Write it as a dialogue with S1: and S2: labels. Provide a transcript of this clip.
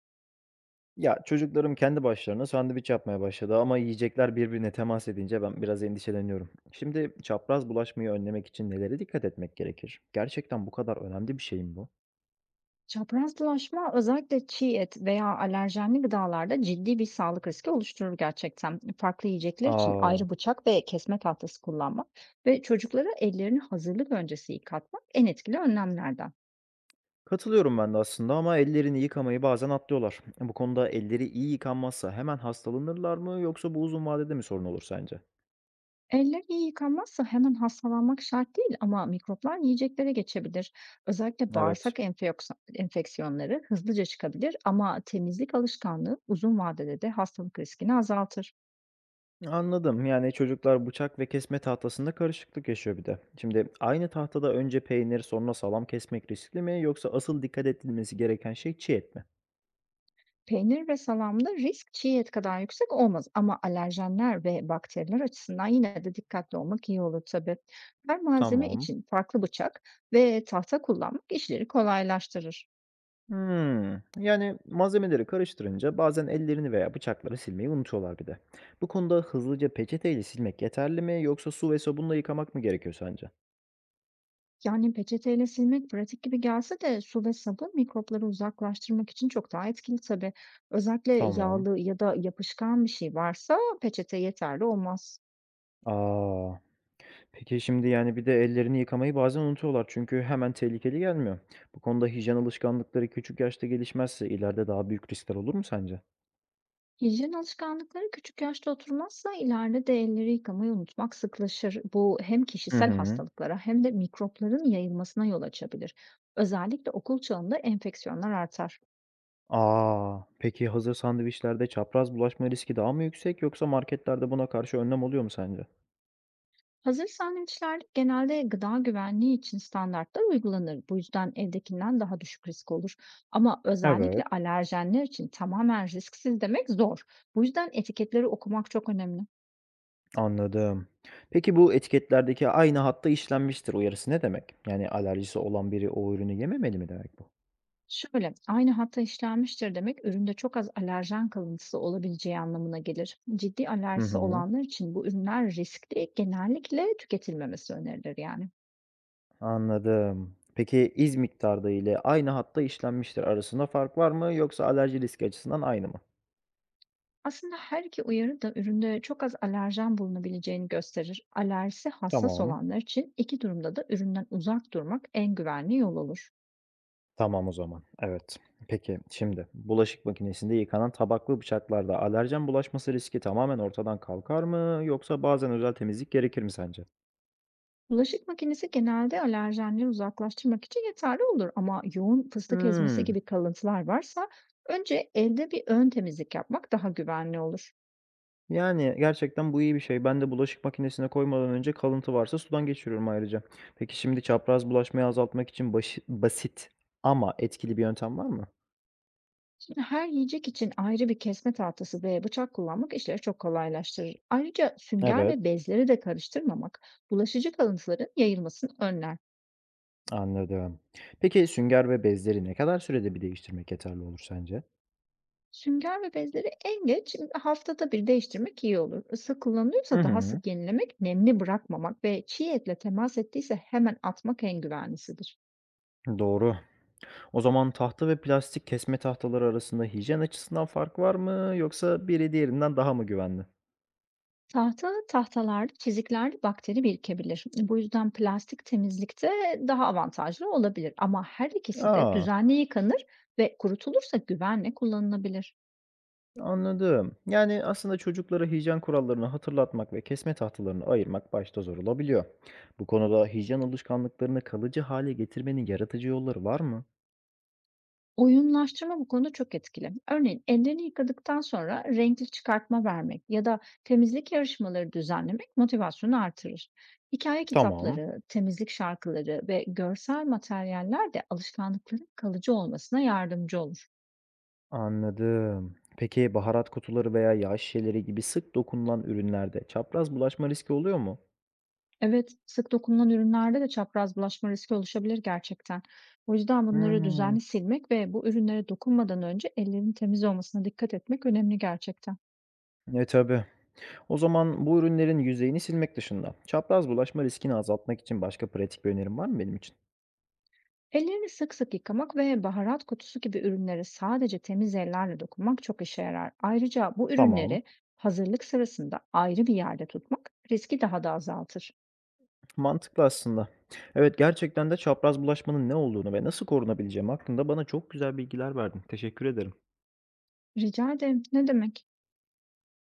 S1: Ya, çocuklarım kendi başlarına sandviç yapmaya başladı ama yiyecekler birbirine temas edince ben biraz endişeleniyorum. Şimdi çapraz bulaşmayı önlemek için nelere dikkat etmek gerekir? Gerçekten bu kadar önemli bir şey mi bu?
S2: Çaprazlaşma özellikle çiğ et veya alerjenli gıdalarda ciddi bir sağlık riski oluşturur gerçekten. Farklı yiyecekler için
S1: Aa,
S2: ayrı bıçak ve kesme tahtası kullanmak ve çocuklara ellerini hazırlık öncesi yıkatmak en etkili önlemlerden.
S1: katılıyorum ben de aslında ama ellerini yıkamayı bazen atlıyorlar. Bu konuda elleri iyi yıkanmazsa hemen hastalanırlar mı yoksa bu uzun vadede mi sorun olur sence?
S2: Eller iyi yıkanmazsa hemen hastalanmak şart değil, ama mikroplar yiyeceklere geçebilir. Özellikle
S1: Evet.
S2: enfeksiyonları hızlıca çıkabilir, ama temizlik alışkanlığı uzun vadede de hastalık riskini azaltır.
S1: Anladım. Yani çocuklar bıçak ve kesme tahtasında karışıklık yaşıyor bir de. Şimdi aynı tahtada önce peynir sonra salam kesmek riskli mi yoksa asıl dikkat edilmesi gereken şey çiğ et mi?
S2: Peynir ve salamda risk çiğ et kadar yüksek olmaz, ama alerjenler ve bakteriler açısından yine de dikkatli olmak iyi olur tabii. Her malzeme
S1: Tamam.
S2: için farklı bıçak ve tahta kullanmak işleri kolaylaştırır.
S1: Hmm. Yani malzemeleri karıştırınca bazen ellerini veya bıçakları silmeyi unutuyorlar bir de. Bu konuda hızlıca peçeteyle silmek yeterli mi yoksa su ve sabunla yıkamak mı gerekiyor sence?
S2: Yani peçeteyle silmek pratik gibi gelse de su ve sabun mikropları uzaklaştırmak için çok daha etkili tabii. Özellikle
S1: Tamam.
S2: yağlı ya da yapışkan bir şey varsa peçete yeterli olmaz.
S1: Aa. Peki şimdi, yani, bir de ellerini yıkamayı bazen unutuyorlar çünkü hemen tehlikeli gelmiyor. Bu konuda hijyen alışkanlıkları küçük yaşta gelişmezse ileride daha büyük riskler olur mu sence?
S2: Hijyen alışkanlıkları küçük yaşta oturmazsa ileride de elleri yıkamayı unutmak sıklaşır. Bu hem
S1: Hı
S2: kişisel
S1: hı.
S2: hastalıklara hem de mikropların yayılmasına yol açabilir. Özellikle okul çağında enfeksiyonlar artar.
S1: Aa. Peki hazır sandviçlerde çapraz bulaşma riski daha mı yüksek yoksa marketlerde buna karşı önlem oluyor mu sence?
S2: Hazır sandviçler genelde gıda güvenliği için standartlar uygulanır. Bu yüzden evdekinden daha düşük risk olur. Ama özellikle
S1: Evet.
S2: alerjenler için tamamen risksiz demek zor. Bu yüzden etiketleri okumak çok önemli.
S1: Anladım. Peki bu etiketlerdeki "aynı hatta işlenmiştir" uyarısı ne demek? Yani alerjisi olan biri o ürünü yememeli mi demek bu?
S2: Şöyle, aynı hatta işlenmiştir demek, üründe çok az alerjen kalıntısı olabileceği anlamına gelir. Ciddi
S1: Hı
S2: alerjisi
S1: hı.
S2: olanlar için bu ürünler riskli, genellikle tüketilmemesi önerilir yani.
S1: Anladım. Peki iz miktarda ile aynı hatta işlenmiştir arasında fark var mı yoksa alerji riski açısından aynı mı?
S2: Aslında her iki uyarı da üründe çok az alerjen bulunabileceğini gösterir. Alerjisi hassas
S1: Tamam.
S2: olanlar için iki durumda da üründen uzak durmak en güvenli yol olur.
S1: Tamam o zaman. Evet. Peki şimdi bulaşık makinesinde yıkanan tabak ve bıçaklarda alerjen bulaşması riski tamamen ortadan kalkar mı yoksa bazen özel temizlik gerekir mi sence?
S2: Bulaşık makinesi genelde alerjenleri uzaklaştırmak için yeterli olur, ama yoğun fıstık ezmesi
S1: Hmm.
S2: gibi kalıntılar varsa önce elde bir ön temizlik yapmak daha güvenli olur.
S1: Yani gerçekten bu iyi bir şey. Ben de bulaşık makinesine koymadan önce kalıntı varsa sudan geçiriyorum ayrıca. Peki şimdi çapraz bulaşmayı azaltmak için basit ama etkili bir yöntem var mı?
S2: Şimdi her yiyecek için ayrı bir kesme tahtası ve bıçak kullanmak işleri çok kolaylaştırır. Ayrıca sünger
S1: Evet.
S2: ve bezleri de karıştırmamak bulaşıcı kalıntıların yayılmasını önler.
S1: Anladım. Peki sünger ve bezleri ne kadar sürede bir değiştirmek yeterli olur sence?
S2: Sünger ve bezleri en geç haftada bir değiştirmek iyi olur. Isı
S1: Hı
S2: kullanılıyorsa daha
S1: hı.
S2: sık yenilemek, nemli bırakmamak ve çiğ etle temas ettiyse hemen atmak en güvenlisidir.
S1: Doğru. O zaman tahta ve plastik kesme tahtaları arasında hijyen açısından fark var mı yoksa biri diğerinden daha mı güvenli?
S2: Tahtalarda çiziklerde bakteri birikebilir. Bu yüzden plastik temizlikte daha avantajlı olabilir. Ama her ikisi de
S1: Aa,
S2: düzenli yıkanır ve kurutulursa güvenle kullanılabilir.
S1: anladım. Yani aslında çocuklara hijyen kurallarını hatırlatmak ve kesme tahtalarını ayırmak başta zor olabiliyor. Bu konuda hijyen alışkanlıklarını kalıcı hale getirmenin yaratıcı yolları var mı?
S2: Oyunlaştırma bu konuda çok etkili. Örneğin ellerini yıkadıktan sonra renkli çıkartma vermek ya da temizlik yarışmaları düzenlemek motivasyonu artırır. Hikaye
S1: Tamam.
S2: kitapları, temizlik şarkıları ve görsel materyaller de alışkanlıkların kalıcı olmasına yardımcı olur.
S1: Anladım. Peki baharat kutuları veya yağ şişeleri gibi sık dokunulan ürünlerde çapraz bulaşma riski oluyor mu?
S2: Evet, sık dokunulan ürünlerde de çapraz bulaşma riski oluşabilir gerçekten. O yüzden bunları
S1: Hmm,
S2: düzenli silmek ve bu ürünlere dokunmadan önce ellerin temiz olmasına dikkat etmek önemli gerçekten.
S1: e tabii. O zaman bu ürünlerin yüzeyini silmek dışında çapraz bulaşma riskini azaltmak için başka pratik bir önerim var mı benim için?
S2: Ellerini sık sık yıkamak ve baharat kutusu gibi ürünlere sadece temiz ellerle dokunmak çok işe yarar. Ayrıca bu
S1: Tamam.
S2: ürünleri hazırlık sırasında ayrı bir yerde tutmak riski daha da azaltır.
S1: Mantıklı aslında. Evet gerçekten de çapraz bulaşmanın ne olduğunu ve nasıl korunabileceğim hakkında bana çok güzel bilgiler verdin. Teşekkür ederim.
S2: Rica ederim. Ne demek?